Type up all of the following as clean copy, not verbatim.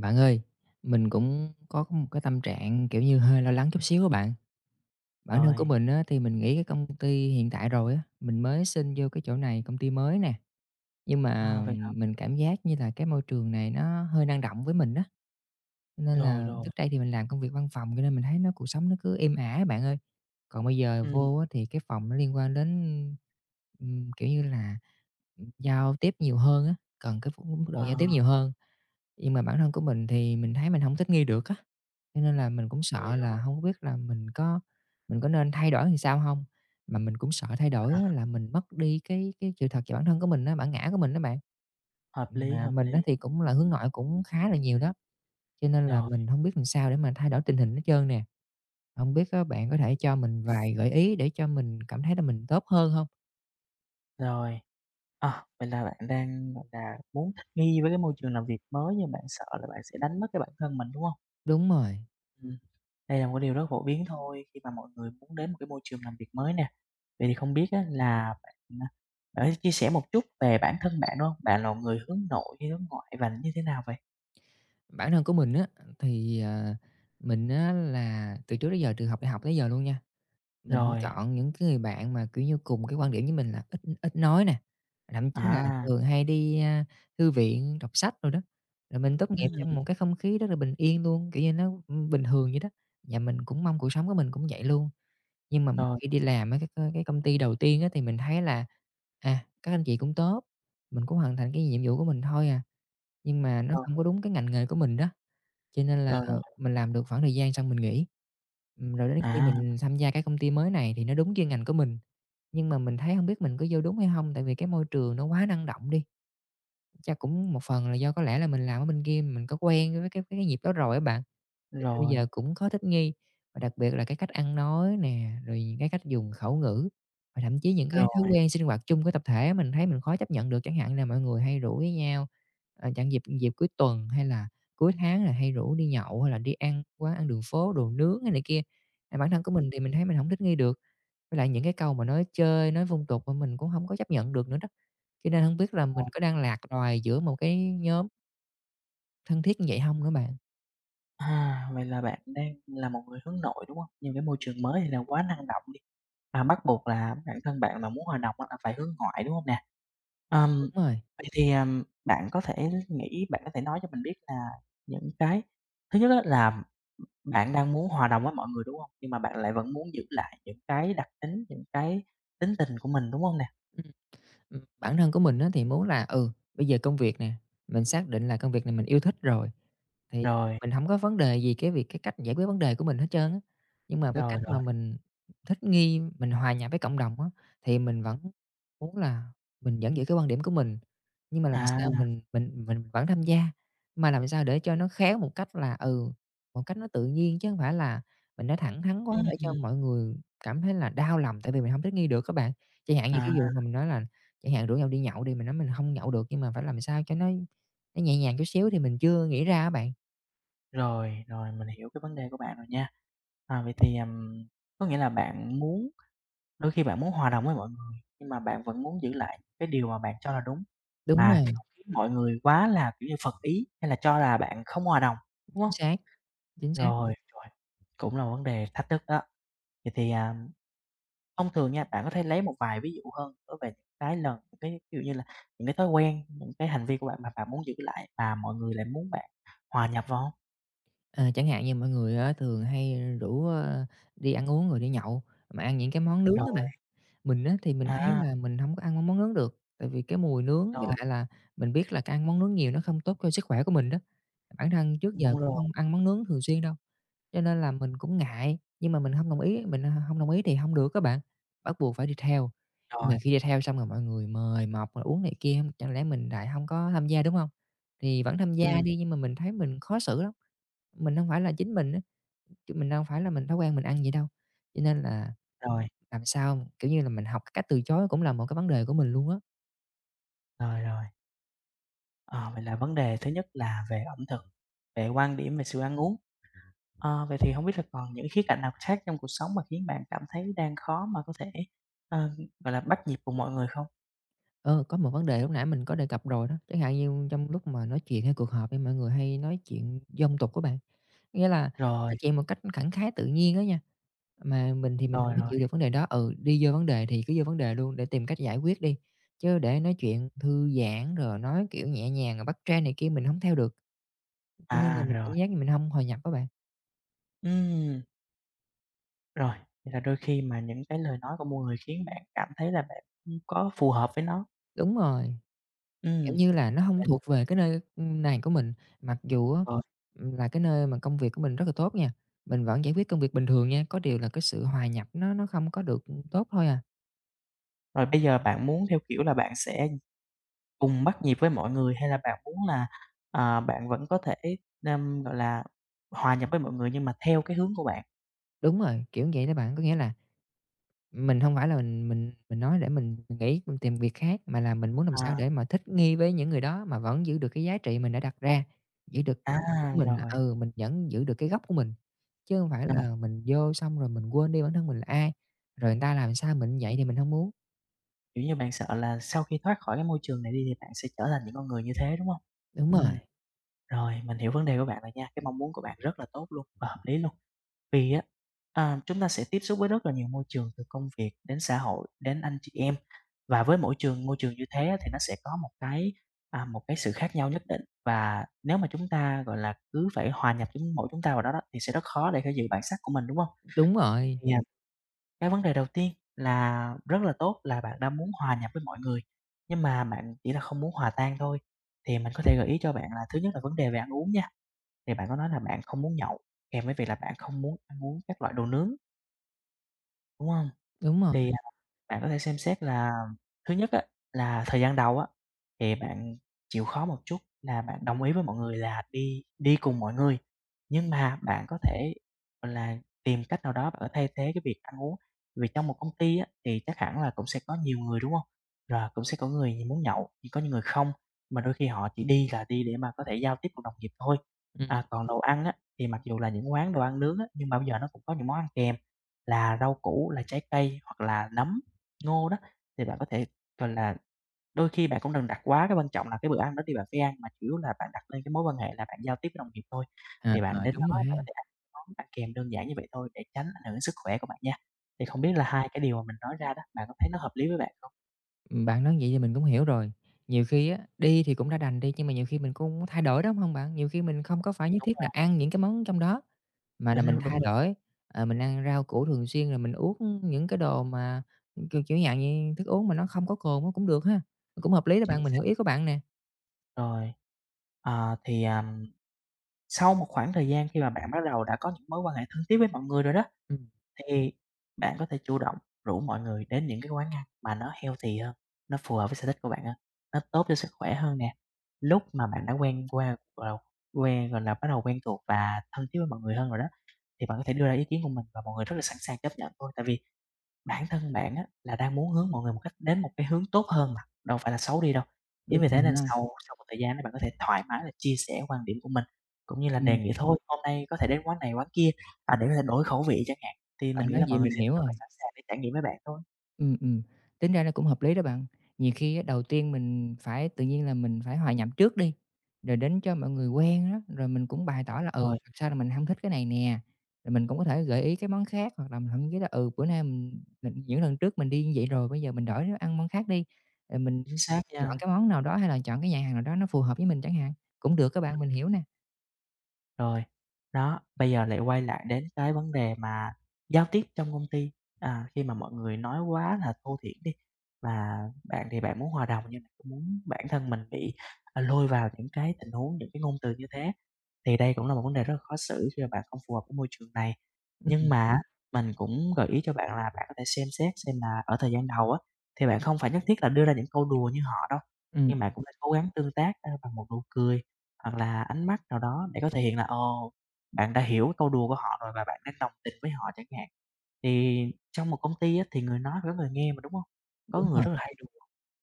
Bạn ơi, mình cũng có một cái tâm trạng, kiểu như, hơi lo lắng chút xíu á bạn. Bản thân của Rồi, mình á, thì mình nghĩ cái công ty hiện tại rồi á, mình mới xin vô cái chỗ này, công ty mới nè. Nhưng mà à, vậy hả? mình cảm giác như là cái môi trường này nó hơi năng động với mình đó. Cho nên Rồi, là rồi, trước đây thì mình làm công việc văn phòng cho nên mình thấy nó cuộc sống nó cứ êm ả bạn ơi. Còn bây giờ ừ, vô á thì cái phòng nó liên quan đến, kiểu như là, giao tiếp nhiều hơn á, cần cái mức độ à, giao tiếp nhiều hơn. Nhưng mà bản thân của mình thì mình thấy mình không thích nghi được á, cho nên là mình cũng rồi, sợ là rồi, không biết là mình có nên thay đổi thì sao không? Mà mình cũng sợ thay đổi à, á là mình mất đi cái sự thật về bản thân của mình á, bản ngã của mình đó bạn. Mà hợp mình á lý, thì cũng là hướng nội cũng khá là nhiều đó, cho nên là rồi, mình hông biết làm sao để mà thay đổi tình hình hết trơn nè. Hông biết á bạn có thể cho mình vài gợi ý để cho mình cảm thấy là mình tốt hơn hông? rồi. À, vậy là bạn đang, gọi là, muốn thích nghi với cái môi trường làm việc mới nhưng bạn sợ là bạn sẽ đánh mất cái bản thân mình, đúng không? Đúng rồi, Ừm, đây là một cái điều rất phổ biến thôi khi mà mọi người muốn đến một cái môi trường làm việc mới nè. Vậy thì không biết á là bạn, à, bạn có thể chia sẻ một chút về bản thân bạn được hông? Bạn là một người hướng nội hay hướng ngoại và như thế nào vậy? bản thân của mình á, thì, mình á là từ trước tới giờ từ học đại học tới giờ luôn nha. Mình sẽ Rồi, chọn những cái người bạn mà, kiểu như, cùng cái quan điểm với mình là ít ít nói nè, thậm chí là à, thường hay đi, thư viện đọc sách rồi đó, rồi mình tốt nghiệp ừm, trong một cái không khí rất là bình yên luôn, kiểu như, nó, bình thường vậy đó. Và mình cũng mong cuộc sống của mình cũng vậy luôn, nhưng mà rồi, khi đi làm ở cái công ty đầu tiên á thì mình thấy là, à, các anh chị cũng tốt, mình cũng hoàn thành cái nhiệm vụ của mình thôi à, nhưng mà nó rồi, không có đúng cái ngành nghề của mình đó. Cho nên là, rồi, rồi, mình làm được khoảng thời gian xong mình nghỉ. Rồi đến khi à, mình tham gia cái công ty mới này thì nó đúng chuyên ngành của mình, nhưng mà mình thấy hông biết mình có vô đúng hay hông, tại vì cái môi trường nó quá năng động đi. Chắc cũng một phần là do có lẽ là mình làm ở bên kia mình có quen với cái nhịp đó rồi á bạn. Cho nên bây rồi. giờ cũng khó thích nghi, và đặc biệt là cái cách ăn nói nè, rồi những cái cách dùng khẩu ngữ, và thậm chí những cái thói Rồi, quen sinh hoạt chung của tập thể mình thấy mình khó chấp nhận được, chẳng hạn là mọi người hay rủ với nhau, chẳng dịp dịp cuối tuần hay là cuối tháng là hay rủ đi nhậu hay là đi ăn quán ăn đường phố, đồ nướng hay này kia. Mà bản thân của mình thì mình thấy mình không thích nghi được, với lại những cái câu mà nói chơi, nói phong tục mà mình cũng không có chấp nhận được nữa đó, cho nên không biết là ồ, mình có đang lạc loài giữa một cái nhóm thân thiết như vậy không nữa bạn? à, vậy là bạn đang là một người hướng nội, đúng hông? Nhưng cái môi trường mới thì là quá năng động đi, à, bắt buộc là bản thân bạn mà muốn hòa đồng á là phải hướng ngoại, đúng hông nè? Đúng Ừm, rồi. vậy thì, bạn có thể nghĩ bạn có thể nói cho mình biết là những cái thứ nhất á là bạn đang muốn hòa đồng với mọi người, đúng hông? Nhưng mà bạn lại vẫn muốn giữ lại những cái đặc tính, những cái tính tình của mình, đúng hông nè? Bản thân của mình á thì muốn là, bây giờ công việc nè, mình xác định là công việc này mình yêu thích rồi, thì Rồi, mình không có vấn đề gì cái việc cái cách giải quyết vấn đề của mình hết trơn á. Nhưng mà với cách rồi, mà rồi, mình thích nghi, mình hòa nhập với cộng đồng á, thì mình vẫn muốn là mình vẫn giữ cái quan điểm của mình, nhưng mà làm sao à, mình vẫn tham gia, mà làm sao để cho nó khéo một cách là, một cách nó tự nhiên chứ không phải là mình nói thẳng thắn quá để cho ừm, mọi người cảm thấy là đau lòng tại vì mình không thích nghi được các bạn. Chẳng hạn như cái à. vụ mà mình nói là. Chẳng hạn rủ nhau đi nhậu đi, mình nói mình không nhậu được nhưng mà phải làm sao cho nó nhẹ nhàng chút xíu thì mình chưa nghĩ ra á bạn. Rồi, rồi, mình hiểu cái vấn đề của bạn rồi nha. À, vậy thì, có nghĩa là bạn muốn đôi khi bạn muốn hòa đồng với mọi người, nhưng mà bạn vẫn muốn giữ lại cái điều mà bạn cho là đúng, Đúng mà rồi, không khiến mọi người quá là, kiểu như, phật ý hay là cho là bạn không hòa đồng, đúng chính không? xác, chính xác. Rồi, rồi, cũng là vấn đề thách thức đó. Vậy thì, à, thông thường nha, bạn có thể lấy một vài ví dụ hơn đối về những cái ví dụ như là những cái thói quen, những cái hành vi của bạn mà bạn muốn giữ lại và mọi người lại muốn bạn hòa nhập vào hông? Ờ, chẳng hạn như mọi người á thường hay rủ, đi ăn uống rồi đi nhậu, mà ăn những cái món nướng đó bạn. Rồi, Mình á thì mình thấy à, là mình không có ăn món nướng được, tại vì cái mùi nướng với rồi, lại là mình biết là cái ăn món nướng nhiều nó không tốt cho sức khỏe của mình đó. Bản thân trước giờ đúng cũng rồi. không ăn món nướng thường xuyên đâu, cho nên là mình cũng ngại, nhưng mà mình không đồng ý, mình không đồng ý thì không được các bạn, bắt buộc phải đi theo. Nhưng mà Rồi, khi đi theo xong rồi mọi người mời mọc rồi uống này kia, chẳng lẽ mình lại không có tham gia, đúng không? Thì vẫn tham gia ừm, đi nhưng mà mình thấy mình khó xử lắm. Mình không phải là chính mình á, kiểu, mình đâu phải là mình thói quen mình ăn vậy đâu, cho nên là rồi, làm sao, kiểu như là, mình học cái cách từ chối cũng là một cái vấn đề của mình luôn á. rồi, rồi. Ờ, vậy là vấn đề thứ nhất là về ẩm thực, về quan điểm về sự ăn uống. Ờ, vậy thì không biết là còn những khía cạnh nào khác trong cuộc sống mà khiến bạn cảm thấy đang khó mà có thể, ờ, gọi là, bắt nhịp cùng mọi người không? Ờ, có một vấn đề lúc nãy mình có đề cập rồi đó, chẳng hạn như trong lúc mà nói chuyện hay cuộc họp đi, mọi người hay nói chuyện dông tục của bạn, nghĩa là nói Rồi, chuyện một cách khẳng khái tự nhiên đó nha, mà mình thì mình rồi, không có rồi, chịu được vấn đề đó. Ừ, đi vô vấn đề thì cứ vô vấn đề luôn để tìm cách giải quyết đi, chứ để nói chuyện thư giãn rồi nói, kiểu, nhẹ nhàng rồi bắt trend này kia mình không theo được, cho nên là à, mình cảm rồi, giác như mình không hòa nhập á bạn. ừm, rồi, vậy là đôi khi mà những cái lời nói của mọi người khiến bạn cảm thấy là bạn không có phù hợp với nó. Đúng rồi. Kiểu Ừm, như là, nó hông vậy là thuộc về cái nơi này của mình, mặc dù á, rồi, là cái nơi mà công việc của mình rất là tốt nha, mình vẫn giải quyết công việc bình thường nha, có điều là cái sự hòa nhập nó không có được, tốt thôi à. rồi bây giờ bạn muốn theo kiểu là bạn sẽ cùng bắt nhịp với mọi người hay là bạn muốn là, à, bạn vẫn có thể, nam, gọi là, hòa nhập với mọi người nhưng mà theo cái hướng của bạn? Đúng rồi, kiểu vậy đó bạn, có nghĩa là mình hông phải là mình nói để mình nghỉ, mình tìm việc khác, mà là mình muốn làm À, sao để mà thích nghi với những người đó mà vẫn giữ được cái giá trị mình đã đặt ra, giữ được à, bản thân của mình là, rồi, mình vẫn giữ được cái gốc của mình, chứ hông phải rồi, là mình vô xong rồi mình quên đi bản thân mình là ai, rồi người ta làm sao mình như vậy thì mình hông muốn. kiểu như, bạn sợ là sau khi thoát khỏi cái môi trường này đi thì bạn sẽ trở thành những con người như thế, đúng không? Đúng Ừ. rồi. Rồi, mình hiểu vấn đề của bạn rồi nha, cái mong muốn của bạn rất là tốt luôn và hợp lý luôn. Vì á, à, chúng ta sẽ tiếp xúc với rất là nhiều môi trường từ công việc đến xã hội, đến anh chị em và với mỗi trường môi trường như thế á, thì nó sẽ có một cái, à, một cái sự khác nhau nhất định và nếu mà chúng ta, gọi là, cứ phải hòa nhập chúng mỗi chúng ta vào đó đó thì sẽ rất khó để có giữ bản sắc của mình, đúng không? Đúng rồi, Thì, à, cái vấn đề đầu tiên là rất là tốt là bạn đang muốn hòa nhập với mọi người, nhưng mà bạn chỉ là không muốn hòa tan thôi, thì mình có thể gợi ý cho bạn là thứ nhất là vấn đề về ăn uống nha. Thì bạn có nói là bạn không muốn nhậu, kèm với việc là bạn không muốn ăn uống các loại đồ nướng, đúng hông? đúng rồi. Thì, bạn có thể xem xét là thứ nhất á, là thời gian đầu á, thì bạn chịu khó một chút là bạn đồng ý với mọi người là đi đi cùng mọi người, nhưng mà bạn có thể, gọi là, tìm cách nào đó bạn có thay thế cái việc ăn uống. Vì trong một công ty á, thì chắc hẳn là cũng sẽ có nhiều người, đúng không? Rồi cũng sẽ có người muốn nhậu, nhưng có những người không, mà đôi khi họ chỉ đi là đi để mà có thể giao tiếp cùng đồng nghiệp thôi. Ừm. À, còn đồ ăn á, thì mặc dù là những quán đồ ăn nướng á, nhưng mà bây giờ nó cũng có những món ăn kèm là rau củ, là trái cây hoặc là nấm ngô đó, thì bạn có thể, gọi là, đôi khi bạn cũng đừng đặt quá cái quan trọng là cái bữa ăn đó thì bạn phải ăn, mà chủ yếu là bạn đặt lên cái mối quan hệ là bạn giao tiếp với đồng nghiệp thôi. À, Thì bạn à, đến đó đúng rồi bạn ha. có thể ăn những món ăn kèm đơn giản như vậy thôi để tránh ảnh hưởng đến sức khỏe của bạn nha. Thì không biết là hai cái điều mà mình nói ra đó, bạn có thấy nó hợp lý với bạn không? Bạn nói vậy thì mình cũng hiểu rồi. Nhiều khi á, đi thì cũng đã đành đi, nhưng mà nhiều khi mình cũng thay đổi, đúng hông bạn? Nhiều khi mình không có phải nhất Đúng thiết là rồi, ăn những cái món trong đó, mà là đúng mình rồi, đúng thay rồi, đổi, mình ăn rau củ thường xuyên, rồi mình uống những cái đồ mà, kiểu dạng như thức uống mà nó không có cồn á cũng được ha, cũng hợp lý đó chính bạn, mình hiểu xác. ý của bạn nè. Rồi, ờ, thì, sau một khoảng thời gian khi mà bạn bắt đầu đã có những mối quan hệ thân thiết với mọi người rồi đó, Ừm, thì bạn có thể chủ động rủ mọi người đến những cái quán ăn mà nó healthy hơn, nó phù hợp với sở thích của bạn hơn, nó tốt cho sức khỏe hơn nè. Lúc mà bạn đã quen qua, gọi là, quen, gọi là, bắt đầu quen thuộc và thân thiết với mọi người hơn rồi đó, thì bạn có thể đưa ra ý kiến của mình và mọi người rất là sẵn sàng chấp nhận thôi. Tại vì bản thân bạn á là đang muốn hướng mọi người một cách đến một cái hướng tốt hơn mà, đâu phải là xấu đi đâu. đúng Chính vì rồi thế nên ha. sau sau một thời gian đó bạn có thể thoải mái là chia sẻ quan điểm của mình, cũng như là Ừm, đề nghị thôi hôm nay có thể đến quán này quán kia, à, để có thể đổi khẩu vị chẳng hạn, thì mình bạn nghĩ nói là vậy mọi người mình sẽ hiểu rất là rồi. sẵn sàng để trải nghiệm với bạn thôi. Ừ, ừm, tính ra nó cũng hợp lý đó bạn. Nhiều khi á, đầu tiên mình phải tự nhiên là mình phải hòa nhập trước đi, rồi đến cho mọi người quen đó, rồi mình cũng bày tỏ Đúng là "Ừ. rồi, Thật ra là mình không thích cái này nè." Rồi mình cũng có thể gợi ý cái món khác hoặc là mình thậm chí là "Ừ, bữa nay mình những lần trước mình đi như vậy rồi, bây giờ mình đổi nó ăn món khác đi." Rồi mình chính xác chọn nha. cái món nào đó hay là chọn cái nhà hàng nào đó nó phù hợp với mình chẳng hạn, cũng được các bạn, mình hiểu nè. Rồi, đó, bây giờ lại quay lại đến cái vấn đề mà giao tiếp trong công ty, à, khi mà mọi người nói quá là thô thiển đi, và bạn thì bạn muốn hòa đồng nhưng mà cũng muốn bản thân mình bị, à, lôi vào những cái tình huống, những cái ngôn từ như thế. Thì đây cũng là một vấn đề rất là khó xử khi mà bạn không phù hợp với môi trường này. Ừ, Nhưng mà á, mình cũng gợi ý cho bạn là bạn có thể xem xét xem là ở thời gian đầu á, thì bạn không phải nhất thiết là đưa ra những câu đùa như họ đâu, ừm. nhưng bạn cũng nên cố gắng tương tác, bằng một nụ cười hoặc là ánh mắt nào đó để có thể hiện là, ồ, bạn đã hiểu câu đùa của họ rồi và bạn đang đồng tình với họ chẳng hạn. Thì trong một công ty á, thì người nói phải có người nghe mà, đúng không? Có Đúng người rồi. rất là hay đùa,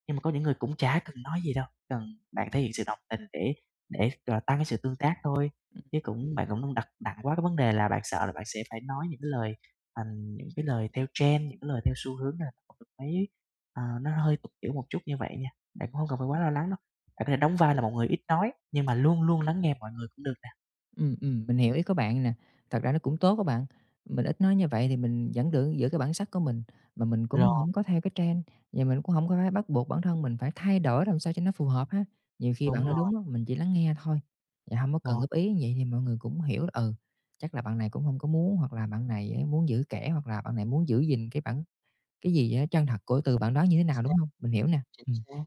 nhưng mà có những người cũng chả cần nói gì đâu, cần bạn thể hiện sự đồng tình để, gọi là, tăng cái sự tương tác thôi. Chứ cũng bạn cũng hông đặt nặng quá cái vấn đề là bạn sợ là bạn sẽ phải nói những cái lời, thành những cái lời theo trend, những cái lời theo xu hướng là không được mấy, ờ, nó hơi tục tiểu một chút như vậy nha. Bạn cũng không cần phải quá lo lắng đâu, bạn có thể đóng vai là một người ít nói nhưng mà luôn luôn lắng nghe mọi người cũng được nè. Mình hiểu ý của bạn nè. Thật ra nó cũng tốt các bạn, mình ít nói như vậy thì mình vẫn được giữ cái bản sắc của mình, mà mình cũng Rồi, hổng có theo cái trend, và mình cũng không có phải bắt buộc bản thân mình phải thay đổi làm sao cho nó phù hợp ha. Nhiều khi đúng bạn nói rồi, đúng á, mình chỉ lắng nghe thôi, và không có cần rồi, góp ý, vậy thì mọi người cũng hiểu, là, chắc là bạn này cũng không có muốn, hoặc là bạn này á muốn giữ kẽ, hoặc là bạn này muốn giữ gìn cái bản cái gì á chân thật của từ bạn đó như thế nào, chính xác, đúng không? Mình hiểu nè. chính Ừm, xác.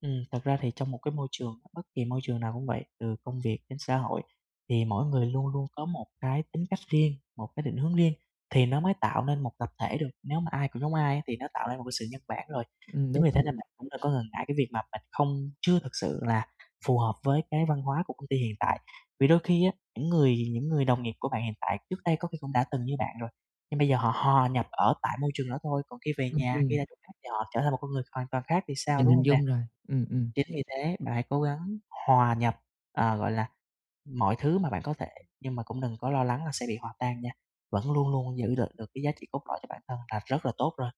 Thật ra thì trong một cái môi trường, bất kỳ môi trường nào cũng vậy, từ công việc đến xã hội, thì mỗi người luôn luôn có một cái tính cách riêng, một cái định hướng riêng thì nó mới tạo nên một tập thể được. Nếu mà ai cũng giống ai á thì nó tạo nên một cái sự nhân bản rồi. ừm, Chính đúng vì thế rồi, nên bạn cũng đừng có ngần ngại cái việc mà mình không chưa thực sự là phù hợp với cái văn hóa của công ty hiện tại. Vì đôi khi á, những người đồng nghiệp của bạn hiện tại trước đây có khi cũng đã từng như bạn rồi, nhưng bây giờ họ hòa nhập ở tại môi trường đó thôi, còn khi về ừm, nhà, khi ừm, ra chỗ khác thì họ trở thành một con người hoàn toàn khác thì sao, mình đúng hình không nè? dung rồi, ừm, ừm. Chính vì thế, bạn hãy cố gắng hòa nhập, ờ, gọi là, mọi thứ mà bạn có thể, nhưng mà cũng đừng có lo lắng là sẽ bị hòa tan nha, vẫn luôn luôn giữ được được cái giá trị cốt lõi cho bản thân là rất là tốt rồi.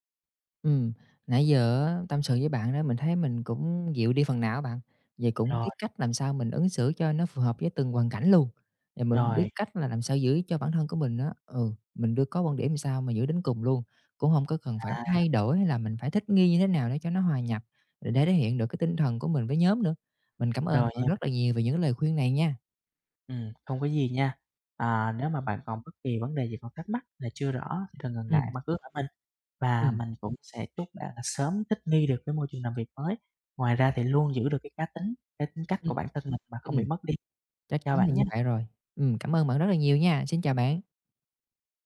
Ừm, nãy giờ á tâm sự với bạn đó, mình thấy mình cũng dịu đi phần nào á bạn, vậy cũng biết Rồi, cách làm sao mình ứng xử cho nó phù hợp với từng hoàn cảnh luôn, và mình biết rồi, cách là làm sao giữ cho bản thân của mình á, mình đưa có quan điểm sao mà giữ đến cùng luôn, cũng không có cần phải à, thay đổi hay là mình phải thích nghi như thế nào để cho nó hòa nhập, để thể hiện được cái tinh thần của mình với nhóm nữa. Mình cảm ơn rồi bạn nha, rất là nhiều về những lời khuyên này nha. Không có gì nha. À, nếu mà bạn còn bất kỳ vấn đề gì còn thắc mắc là chưa rõ thì đừng ngần ngại Ừm, mà cứ hỏi mình, và ừm, mình cũng sẽ chúc bạn là sớm thích nghi được với môi trường làm việc mới. Ngoài ra thì luôn giữ được cái cá tính, cái tính cách ừm, của bản thân mình mà không bị ừm, mất đi. chắc Chào chắn là bạn như vậy nhé. rồi. Cảm ơn bạn rất là nhiều nha, xin chào bạn.